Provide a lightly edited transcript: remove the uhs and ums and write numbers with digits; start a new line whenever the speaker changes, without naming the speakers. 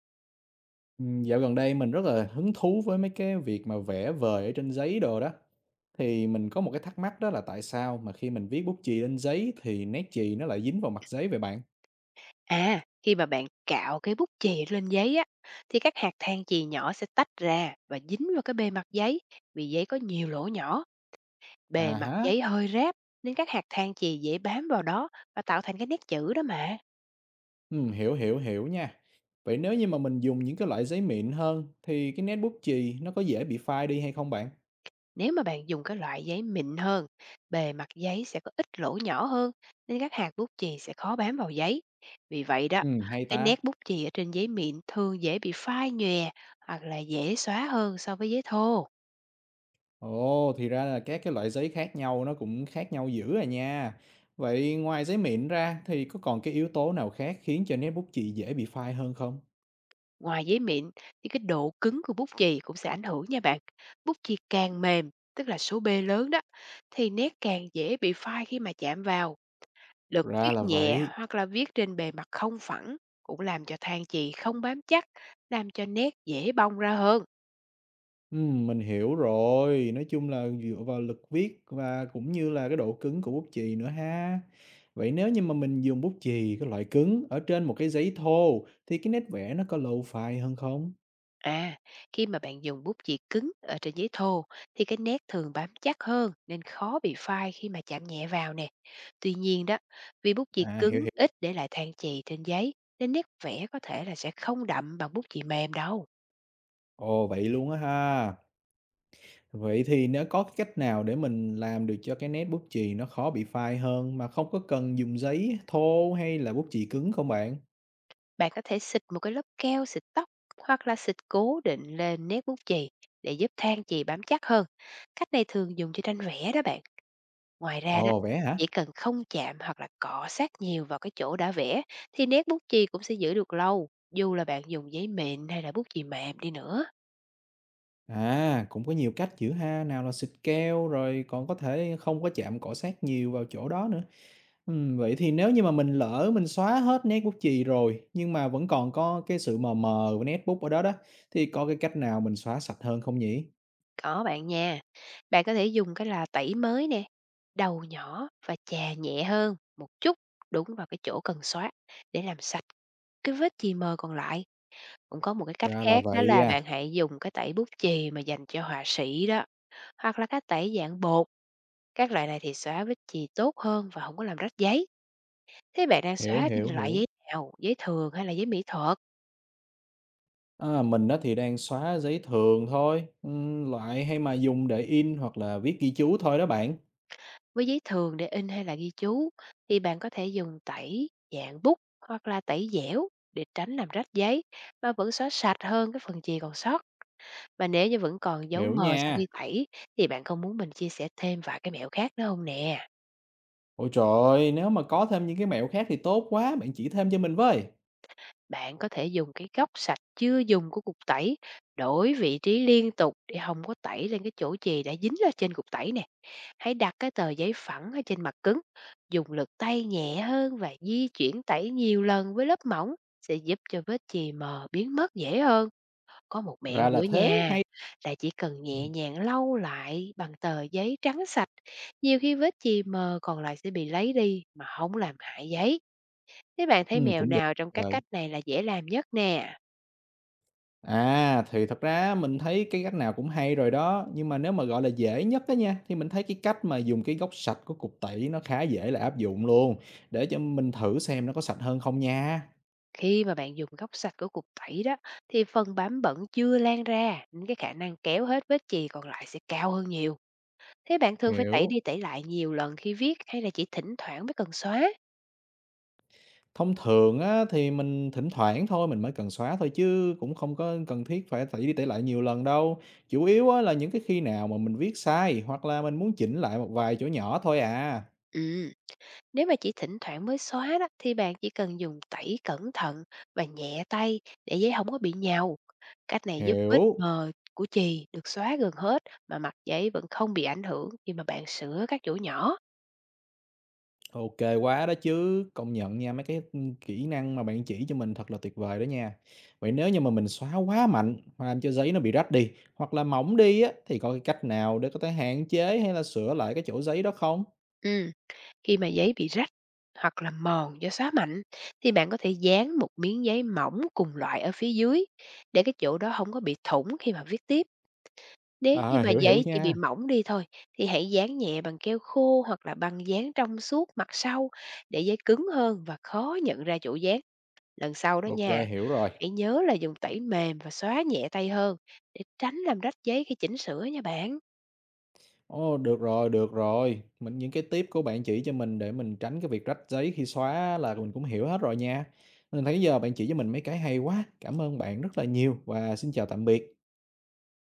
Dạo gần đây mình rất là hứng thú với mấy cái việc mà vẽ vời ở trên giấy đồ đó. Thì mình có một cái thắc mắc đó là tại sao mà khi mình viết bút chì lên giấy thì nét chì nó lại dính vào mặt giấy vậy bạn?
À, khi mà bạn cạo cái bút chì lên giấy á, thì các hạt than chì nhỏ sẽ tách ra và dính vào cái bề mặt giấy. Vì giấy có nhiều lỗ nhỏ,
À
bề mặt
há,
giấy hơi ráp nên các hạt than chì dễ bám vào đó và tạo thành cái nét chữ đó mà.
hiểu hiểu hiểu nha. Vậy nếu như mà mình dùng những cái loại giấy mịn hơn thì cái nét bút chì nó có dễ bị phai đi hay không bạn?
Nếu mà bạn dùng cái loại giấy mịn hơn, bề mặt giấy sẽ có ít lỗ nhỏ hơn nên các hạt bút chì sẽ khó bám vào giấy. Vì vậy đó,
Hay
cái
ta.
nét bút chì ở trên giấy mịn thường dễ bị phai nhòe hoặc là dễ xóa hơn so với giấy thô.
Ồ, thì ra là các cái loại giấy khác nhau nó cũng khác nhau dữ à nha. Vậy ngoài giấy mịn ra thì có còn cái yếu tố nào khác khiến cho nét bút chì dễ bị phai hơn không?
Ngoài giấy mịn thì cái độ cứng của bút chì cũng sẽ ảnh hưởng nha bạn. Bút chì càng mềm, tức là số B lớn đó, thì nét càng dễ bị phai khi mà chạm vào. Lực viết
Ra là
nhẹ
vậy.
hoặc là viết trên bề mặt không phẳng cũng làm cho than chì không bám chắc, làm cho nét dễ bong ra hơn.
Mình hiểu rồi, nói chung là dựa vào lực viết và cũng như là cái độ cứng của bút chì nữa ha. Vậy nếu như mà mình dùng bút chì cái loại cứng ở trên một cái giấy thô thì cái nét vẽ nó có lâu phai hơn không?
À, khi mà bạn dùng bút chì cứng ở trên giấy thô thì cái nét thường bám chắc hơn nên khó bị phai khi mà chạm nhẹ vào nè. Tuy nhiên đó, vì bút chì
À, hiểu
cứng
hiểu.
ít để lại than chì trên giấy nên nét vẽ có thể là sẽ không đậm bằng bút chì mềm đâu.
Ồ, vậy luôn á ha. Vậy thì nếu có cái cách nào để mình làm được cho cái nét bút chì nó khó bị phai hơn mà không có cần dùng giấy thô hay là bút chì cứng không bạn?
Bạn có thể xịt một cái lớp keo xịt tóc hoặc là xịt cố định lên nét bút chì để giúp than chì bám chắc hơn. Cách này thường dùng cho tranh vẽ đó bạn. Ngoài ra đó,
Ồ, vẽ hả?
chỉ cần không chạm hoặc là cọ sát nhiều vào cái chỗ đã vẽ thì nét bút chì cũng sẽ giữ được lâu, dù là bạn dùng giấy mịn hay là bút chì mềm đi nữa.
À, cũng có nhiều cách giữ ha, nào là xịt keo rồi còn có thể không có chạm cọ sát nhiều vào chỗ đó nữa. Vậy thì nếu như mà mình lỡ xóa hết nét bút chì rồi nhưng mà vẫn còn có cái sự mờ mờ với nét bút ở đó đó thì có cái cách nào mình xóa sạch hơn không nhỉ?
Có bạn nha. Bạn có thể dùng cái là tẩy mới nè, đầu nhỏ và chà nhẹ hơn một chút đúng vào cái chỗ cần xóa để làm sạch cái vết chì mờ còn lại. Cũng có một cái cách
Ra là
khác đó
vậy
là
à,
bạn hãy dùng cái tẩy bút chì mà dành cho họa sĩ đó, hoặc là cái tẩy dạng bột. Các loại này thì xóa vết chì tốt hơn và không có làm rách giấy. Thế bạn đang
hiểu
xóa thì
hiểu
loại
hiểu.
giấy nào? Giấy thường hay là giấy mỹ thuật?
À, mình đó thì đang xóa giấy thường thôi, loại hay mà dùng để in hoặc là viết ghi chú thôi đó bạn.
Với giấy thường để in hay là ghi chú thì bạn có thể dùng tẩy dạng bút hoặc là tẩy dẻo để tránh làm rách giấy mà vẫn xóa sạch hơn cái phần chì còn sót. Và nếu như vẫn còn dấu
Hiểu
mờ sau
nha.
khi tẩy thì bạn không muốn mình chia sẻ thêm vài cái mẹo khác nữa không nè?
Ôi trời, nếu mà có thêm những cái mẹo khác thì tốt quá, bạn chỉ thêm cho mình với.
Bạn có thể dùng cái góc sạch chưa dùng của cục tẩy, đổi vị trí liên tục để không có tẩy lên cái chỗ chì đã dính ở trên cục tẩy nè. Hãy đặt cái tờ giấy phẳng ở trên mặt cứng, dùng lực tay nhẹ hơn và di chuyển tẩy nhiều lần với lớp mỏng sẽ giúp cho vết chì mờ biến mất dễ hơn. Có một mẹo
Ra là
nữa
thế,
nha,
hay.
là chỉ cần nhẹ
Ừm.
nhàng lau lại bằng tờ giấy trắng sạch, nhiều khi vết chì mờ còn lại sẽ bị lấy đi mà không làm hại giấy. Thế bạn thấy mèo
Cũng được
nào trong các
rồi.
cách này là dễ làm nhất nè?
À, thì thật ra mình thấy cái cách nào cũng hay rồi đó, nhưng mà nếu mà, gọi là, dễ nhất á nha, thì mình thấy cái cách mà dùng cái gốc sạch của cục tẩy nó khá dễ là áp dụng luôn, để cho mình thử xem nó có sạch hơn không nha.
Khi mà bạn dùng góc sạch của cục tẩy đó thì phần bám bẩn chưa lan ra, nên cái khả năng kéo hết vết chì còn lại sẽ cao hơn nhiều. Thế bạn thường phải tẩy đi
Hiểu.
tẩy lại nhiều lần khi viết hay là chỉ thỉnh thoảng mới cần xóa?
Thông thường á thì mình thỉnh thoảng thôi mình mới cần xóa thôi chứ cũng không có cần thiết phải tẩy đi tẩy lại nhiều lần đâu. Chủ yếu á là những cái khi nào mà mình viết sai, hoặc là mình muốn chỉnh lại một vài chỗ nhỏ thôi à.
Ừm, nếu mà chỉ thỉnh thoảng mới xóa đó thì bạn chỉ cần dùng tẩy cẩn thận và nhẹ tay để giấy không có bị nhàu. Cách này giúp vết
Hiểu.
mờ của chì được xóa gần hết mà mặt giấy vẫn không bị ảnh hưởng khi mà bạn sửa các chỗ nhỏ.
OK quá đó chứ, công nhận nha, mấy cái, ừ, kỹ năng mà bạn chỉ cho mình thật là tuyệt vời đó nha. Vậy nếu như mà mình xóa quá mạnh hoặc làm cho giấy nó bị rách đi, hoặc là mỏng đi á, thì có cái cách nào để có thể hạn chế hay là sửa lại cái chỗ giấy đó không?
Ừm, khi mà giấy bị rách hoặc là mòn do xóa mạnh thì bạn có thể dán một miếng giấy mỏng cùng loại ở phía dưới để cái chỗ đó không có bị thủng khi mà viết tiếp. Nếu như
À,
mà
hiểu, hiểu
giấy chỉ
nha,
bị mỏng đi thôi thì hãy dán nhẹ bằng keo khô hoặc là băng dán trong suốt mặt sau để giấy cứng hơn và khó nhận ra chỗ dán. Lần sau đó nha,
OK, hiểu rồi.
hãy nhớ là dùng tẩy mềm và xóa nhẹ tay hơn để tránh làm rách giấy khi chỉnh sửa nha bạn.
Ồ, được rồi, mình những cái tip của bạn chỉ cho mình để mình tránh cái việc rách giấy khi xóa là mình cũng hiểu hết rồi nha. Mình thấy giờ bạn chỉ cho mình mấy cái hay quá, cảm ơn bạn rất là nhiều và xin chào tạm biệt.